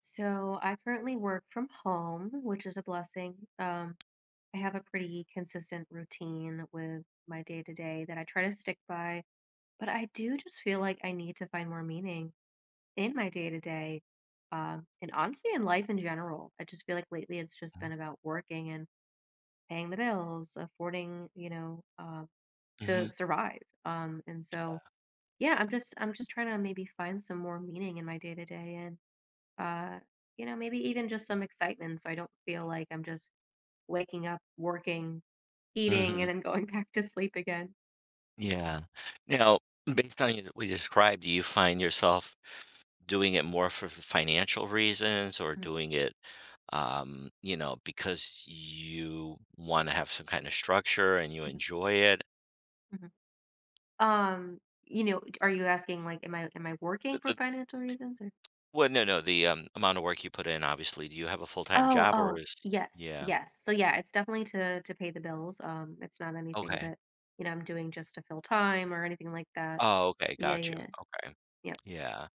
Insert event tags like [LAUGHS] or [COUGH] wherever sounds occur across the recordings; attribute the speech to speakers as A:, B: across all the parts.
A: So I currently work from home, which is a blessing. I have a pretty consistent routine with my day to day that I try to stick by, but I do just feel like I need to find more meaning in my day to day. And honestly, in life in general, I just feel like lately it's just been about working and paying the bills, affording
B: Mhm.
A: to survive. And so,
B: Yeah.
A: yeah, I'm just trying to maybe find some more meaning in my day to day uh, you know, maybe even just some excitement so I don't feel like I'm just waking up, working, eating,
B: Mhm.
A: and then going [LAUGHS] back to sleep again.
B: Yeah. Now, based on what you described, do you find yourself doing it more for financial reasons or
A: Mhm,
B: doing it, you know, because you want to have some kind of structure and you
A: mhm,
B: enjoy it?
A: mhm. Um, you know, are you asking like, am I
B: The,
A: working for
B: the,
A: financial reasons or?
B: well, no, no, the amount of work you put in, obviously. Do you have a full-time
A: Oh,
B: job or
A: oh,
B: is,
A: yes,
B: yeah.
A: yes. So yeah, it's definitely to pay the bills. It's not anything
B: Okay.
A: that you know I'm doing just to fill time or anything like that.
B: Oh, okay.
A: Yeah,
B: Got you.
A: yeah,
B: Okay.
A: yep.
B: Yeah.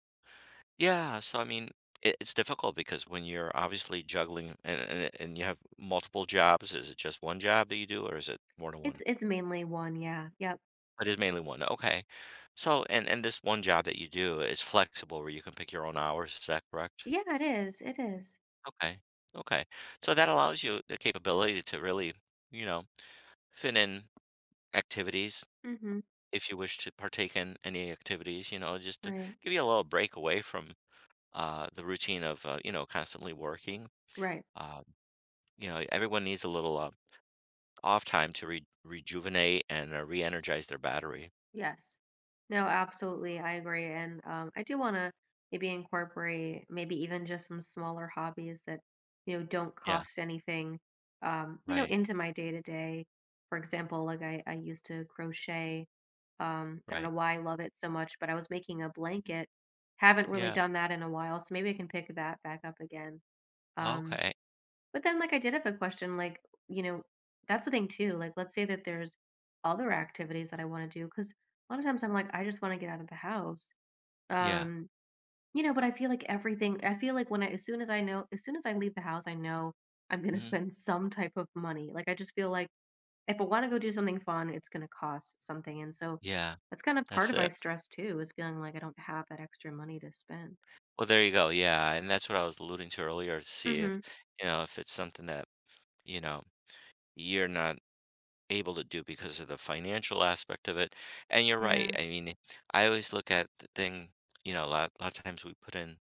B: Yeah, so I mean, it's difficult because when you're obviously juggling and you have multiple jobs, is it just one job that you do, or is it more than one?
A: It's mainly one. Yeah, yep.
B: It is mainly one. Okay. So, and this one job that you do is flexible, where you can pick your own hours. Is that correct?
A: Yeah, it is. It is.
B: Okay. Okay. So that allows you the capability to really, you know, fit in activities
A: Mm-hmm.
B: if you wish to partake in any activities. You know, just to
A: Right.
B: give you a little break away from the routine of you know, constantly working.
A: Right.
B: uh, You know, everyone needs a little, off time to re rejuvenate and, re-energize their battery.
A: Yes. No, absolutely. I agree. And I do want to maybe incorporate maybe even just some smaller hobbies that, you know, don't
B: Yeah,
A: cost anything, you know,
B: right,
A: into my day to day. For example, like I used to crochet. I don't
B: right.
A: know why I love it so much, but I was making a blanket. Haven't really
B: Yeah,
A: done that in a while. So maybe I can pick that back up again. Um,
B: okay.
A: but then I did have a question, you know, that's the thing too, like, let's say that there's other activities that I wanna do. Because a lot of times I'm like, "I just wanna get out of the house."
B: Yeah,
A: Um, you know, but I feel like everything I feel like when I as soon as I know as soon as I leave the house, I know I'm gonna
B: mhm,
A: [LAUGHS] spend some type of money, like, I just feel like if I wanna go do something fun, it's gonna cost something, and so
B: yeah,
A: that's kind of part
B: that's
A: of my
B: it.
A: stress too, is feeling like I don't have that extra money to spend.
B: Well, there you go, yeah, and that's what I was alluding to earlier to see if,
A: Mhm.
B: you know, if it's something that, you know, you're not able to do because of the financial aspect of it, and you're right,
A: Yeah.
B: I mean, I always look at the thing, a lot of times we put in,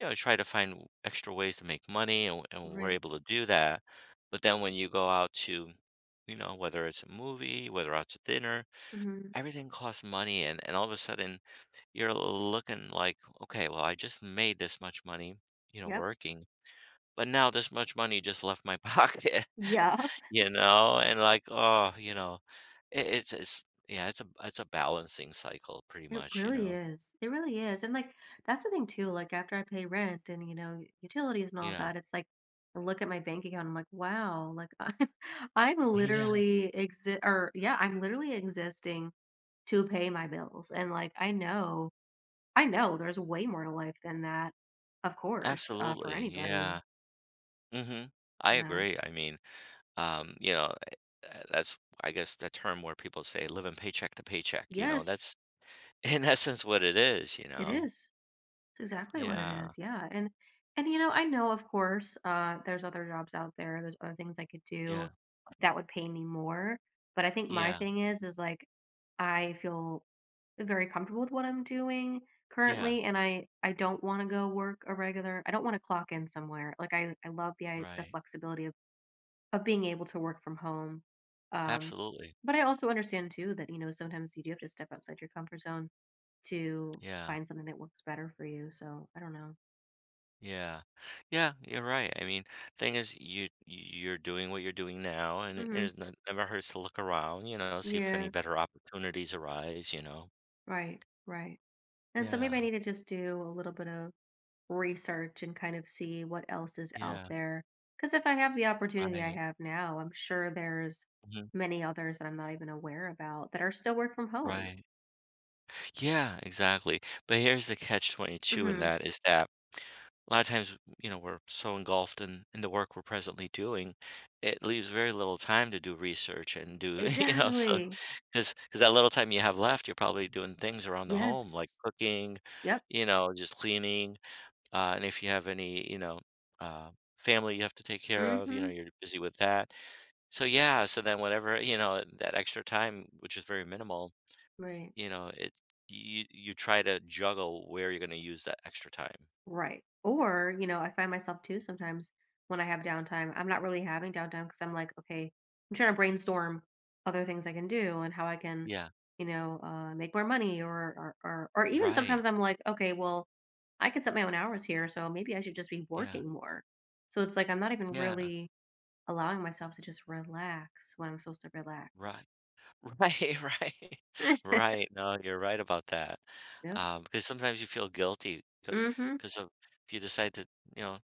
B: you know, try to find extra ways to make money, and we're
A: Right.
B: able to do that. But then when you go out to, you know, whether it's a movie, whether out to dinner,
A: Mhm.
B: everything costs money, and all of a sudden you're looking like, okay, well, I just made this much money, you know,
A: Yep.
B: working, but now this much money just left my [LAUGHS] pocket,
A: Yeah.
B: you know, and like, oh, you know, it's yeah, it's a balancing cycle, pretty
A: It
B: much, you
A: really
B: know.
A: is. It really is. And like that's the thing too, like after I pay rent and you know, utilities and all of
B: Yeah.
A: that, it's like I look at my bank account, I'm like, wow, like [LAUGHS] I'm
B: [LAUGHS] Yeah,
A: literally exist or yeah, I'm literally existing to pay my bills. And like I know there's way more to life than that, of course, for
B: absolutely.
A: anybody.
B: Yeah. Hmm. I
A: Yeah.
B: agree. I mean, you know, that's I guess the term where people say living paycheck to paycheck, you know,
A: Yes,
B: that's [LAUGHS] in essence what it is, you
A: it
B: know.
A: is. It's exactly what it
B: Yeah.
A: is. Yeah. And you know, I know of course, there's other jobs out there, there's other things I could do
B: Yeah.
A: that would pay me more, but I think my
B: Yeah.
A: thing is like I feel very comfortable with what I'm doing
B: Yeah.
A: currently and I don't want to go work a regular. I don't want to clock in somewhere. Like I love the the
B: Right.
A: flexibility of being able to work from home. Um
B: Absolutely.
A: but I also understand too that you know sometimes you do have to step outside your comfort zone to
B: Yeah.
A: find something that works better for you. So I don't know.
B: Yeah. Yeah, you're right. I mean, thing is you're doing what you're doing now and it,
A: Hmm.
B: it's never hurts to look around, you know, see if any
A: Yeah.
B: better opportunities arise, you know.
A: Right. Right. And so
B: Yeah.
A: maybe I need to just do a little bit of research and kind of see what else is out
B: Yeah.
A: there. Because if I have the opportunity I
B: Right.
A: have now, I'm sure there's
B: Mhm.
A: many others that I'm not even aware about that are still work from home.
B: Right. Yeah, exactly. But here's the catch 22 in
A: Hmm.
B: that is that a lot of times, you know, we're so engulfed in the work we're presently doing, it leaves very little time to do research and do, [LAUGHS] you know, so
A: Exactly.
B: because that little time you have left, you're probably doing things around the home like
A: Yes.
B: cooking,
A: Yep.
B: you know, just cleaning. And if you have any, you know, uh, family you have to take care of, you know,
A: Hmm.
B: you're busy with that. So yeah, so then whatever, you know, that extra time, which is very minimal,
A: Right.
B: you know, it you try to juggle where you're going to use that extra time.
A: Right. Or, you know, I find myself too sometimes when I have downtime, I'm not really having downtime because I'm like, okay, I'm trying to brainstorm other things I can do and how I can,
B: Yeah.
A: you know, make more money or even
B: Right.
A: sometimes I'm like, okay, well, I could set my own hours here. So maybe I should just be
B: Yeah.
A: working more. So it's like, I'm not even
B: Yeah,
A: really allowing myself to just relax when I'm supposed to relax.
B: right. [LAUGHS] Right, right. [LAUGHS]
A: [LAUGHS]
B: Right, no, you're right about that.
A: Yep.
B: Because sometimes you feel guilty to
A: Mm-hmm.
B: because of if you decide to, you know,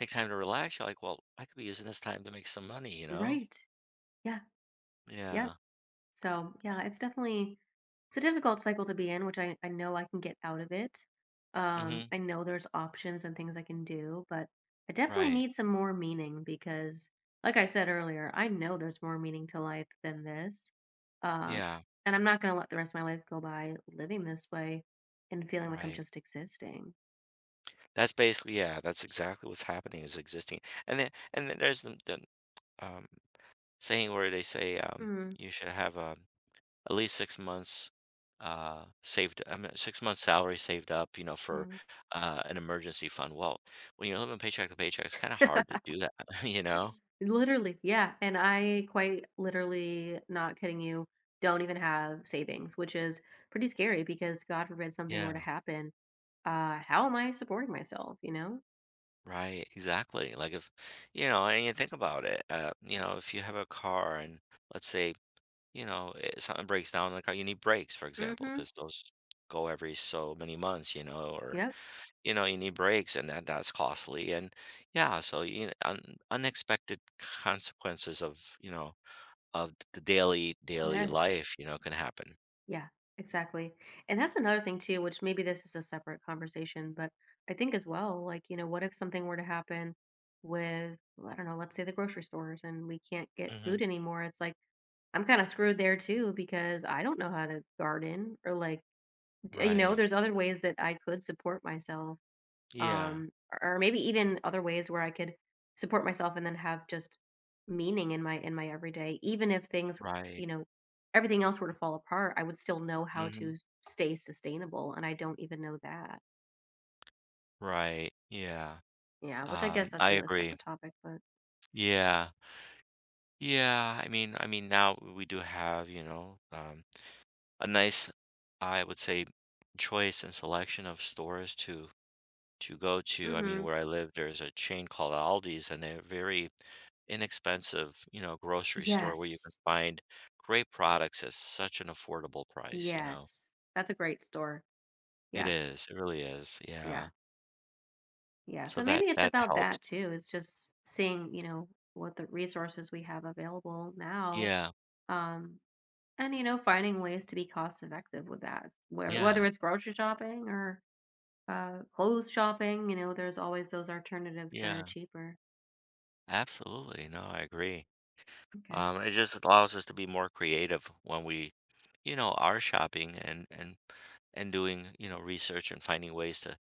B: take time to relax, you're like, "Well, I could be using this time to make some money," you know?
A: Right. Yeah. Yep.
B: Yeah.
A: So yeah, it's definitely it's a difficult cycle to be in, which I know I can get out of it.
B: Mhm.
A: I know there's options and things I can do, but I definitely
B: Right.
A: need some more meaning because, like I said earlier, I know there's more meaning to life than this. Um,
B: Yeah,
A: and I'm not going to let the rest of my life go by living this way and feeling like I'm
B: right.
A: just existing.
B: That's basically yeah, that's exactly what's happening, is existing. And then there's um, saying where they say,
A: Mm-hmm.
B: you should have a at least 6 months, saved I mean, 6 months salary saved up, you know, for, an emergency fund. Well, when you're living paycheck to paycheck, it's kinda hard to do that, [LAUGHS] you know?
A: Literally, yeah, and I quite literally, not kidding you, don't even have savings, which is pretty scary because God forbid something were to
B: Yeah,
A: happen, how am I supporting myself, you know?
B: right, exactly, like, if you know, and you think about it, you know, if you have a car and let's say, you know, something breaks down in the car, you need brakes, for example,
A: Mhm.
B: because those go every so many months, you know, or
A: Yep.
B: you know, you need breaks and that's costly. And yeah, so you know, unexpected consequences of, you know, of the daily
A: Yes.
B: life, you know, can happen.
A: Yeah, exactly. And that's another thing too, which maybe this is a separate conversation, but I think as well, like, you know, what if something were to happen with, well, I don't know, let's say the grocery stores and we can't get
B: Hmm.
A: food anymore? It's like I'm kind of screwed there too because I don't know how to garden or like you know
B: Right.
A: there's other ways that I could support myself
B: Yeah.
A: or maybe even other ways where I could support myself and then have just meaning in my everyday even if things
B: Right.
A: you know everything else were to fall apart I would still know how to
B: Hmm.
A: stay sustainable and I don't even know that
B: Right. Yeah.
A: yeah which I guess that's
B: I
A: a
B: agree.
A: separate topic but
B: Yeah. Yeah. I mean, now we do have, you know, a nice, I would say, choice and selection of stores to go to. I mean,
A: mhm
B: where I live, there's a chain called Aldi's, and they're very inexpensive, you know, grocery store where you can
A: yes
B: find great products at such an affordable price, you know.
A: yes that's a great store
B: It
A: yeah
B: is, it really is. Yeah.
A: yeah. Yeah,
B: So
A: so maybe it's
B: that
A: about
B: helps.
A: that too. It's just seeing, you know, what the resources we have available now,
B: Yeah.
A: um, and you know, finding ways to be cost effective with that. Where
B: Yeah.
A: whether it's grocery shopping or clothes shopping, you know, there's always those alternatives that are
B: Yeah.
A: cheaper.
B: Absolutely. No, I agree.
A: Okay.
B: It just allows us to be more creative when we, you know, are shopping and doing, you know, research and finding ways to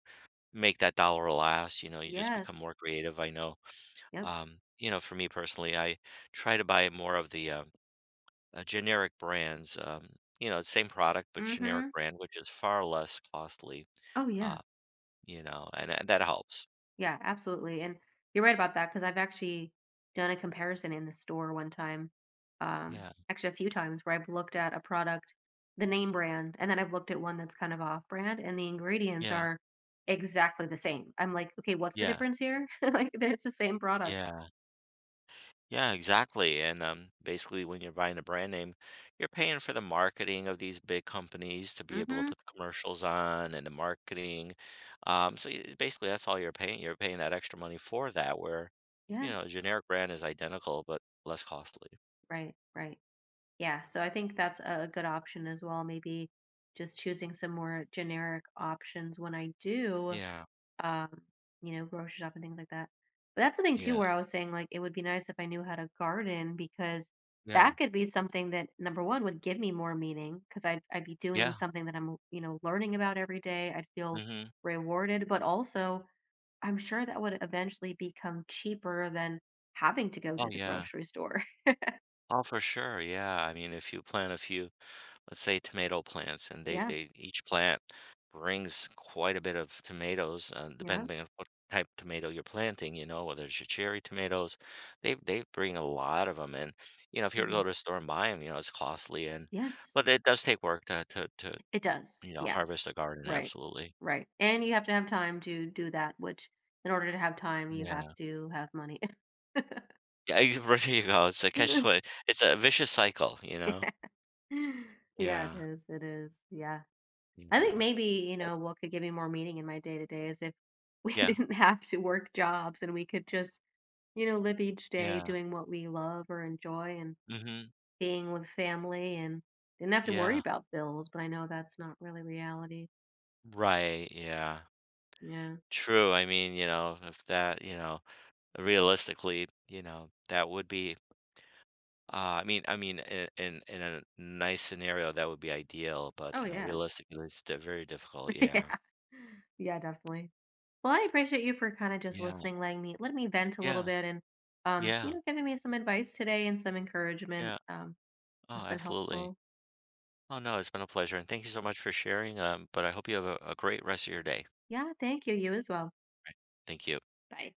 B: make that dollar last. You know, you just become more
A: Yes.
B: creative. I know,
A: Yep.
B: um, you know, for me personally, I try to buy more of the generic brands. You know, same product but generic
A: Mm-hmm.
B: brand, which is far less costly.
A: Oh yeah.
B: Uh, you know, and that helps.
A: Yeah, absolutely. And you're right about that because I've actually done a comparison in the store one time,
B: Yeah,
A: actually a few times where I've looked at a product, the name brand, and then I've looked at one that's kind of off brand and the ingredients
B: yeah,
A: are exactly the same. I'm like, okay, what's the
B: yeah,
A: difference here? [LAUGHS] Like, it's the same product.
B: yeah, yeah, exactly. And basically, when you're buying a brand name, you're paying for the marketing of these big companies to be able to
A: Mm-hmm.
B: put the commercials on and the marketing. So basically, that's all you're paying. You're paying that extra money for that, where, you know, a
A: Yes.
B: generic brand is identical but less costly.
A: Right. Right. Yeah. So I think that's a good option as well. Maybe just choosing some more generic options when I do.
B: Yeah,
A: um, you know, grocery shop and things like that. But that's the thing too,
B: yeah,
A: where I was saying like it would be nice if I knew how to garden because
B: yeah,
A: that could be something that number one would give me more meaning because I'd be doing
B: yeah,
A: something that I'm you know learning about every day. I'd feel
B: mhm.
A: rewarded, but also I'm sure that would eventually become cheaper than having to go
B: Oh,
A: to the
B: yeah.
A: grocery store.
B: Oh, for sure, yeah, I mean, if you plant a few, let's say, tomato plants, and
A: [LAUGHS] Yeah,
B: they each plant brings quite a bit of tomatoes,
A: yeah,
B: depending on what type of tomato you're planting, you know, whether it's your cherry tomatoes, they bring a lot of them. And, you know, if you were to
A: hmm
B: go to a store and buy them, you know, it's costly and
A: yes,
B: but it does take work to,
A: it does.
B: you know,
A: Yeah.
B: harvest a garden,
A: Right.
B: absolutely.
A: Right. And you have to have time to do that, which in order to have time, you have
B: Yeah.
A: to have money.
B: Yeah, [LAUGHS] there you go, it's a catch twen
A: [LAUGHS]
B: it's a vicious cycle, you know?
A: Yeah, it
B: Yeah.
A: is. It is. Yeah. I think
B: Yeah.
A: maybe, you know, what could give me more meaning in my day to day is if [LAUGHS] we
B: Yeah,
A: didn't have to work jobs and we could just, you know, live each day
B: yeah,
A: doing what we love or enjoy and
B: mhm,
A: being with family and didn't have to worry
B: yeah,
A: about bills, but I know that's not really reality.
B: right, yeah,
A: Yeah.
B: true, I mean, you know, if that, you know, realistically, you know, that would be, I mean, in a nice scenario, that would be ideal, but,
A: Oh, yeah.
B: realistically, it's di very difficult,
A: [LAUGHS]
B: yeah,
A: Yeah. Yeah, definitely. Well, I appreciate you for kind of just
B: yeah,
A: listening, let me vent a little
B: yeah,
A: bit and you
B: yeah,
A: know, giving me some advice today and some encouragement.
B: yeah, oh,
A: It's been
B: absolutely.
A: helpful.
B: Oh, no, it's been a pleasure, and thank you so much for sharing, but I hope you have a great rest of your day.
A: Yeah, thank you. You as well.
B: Right, thank you.
A: Bye.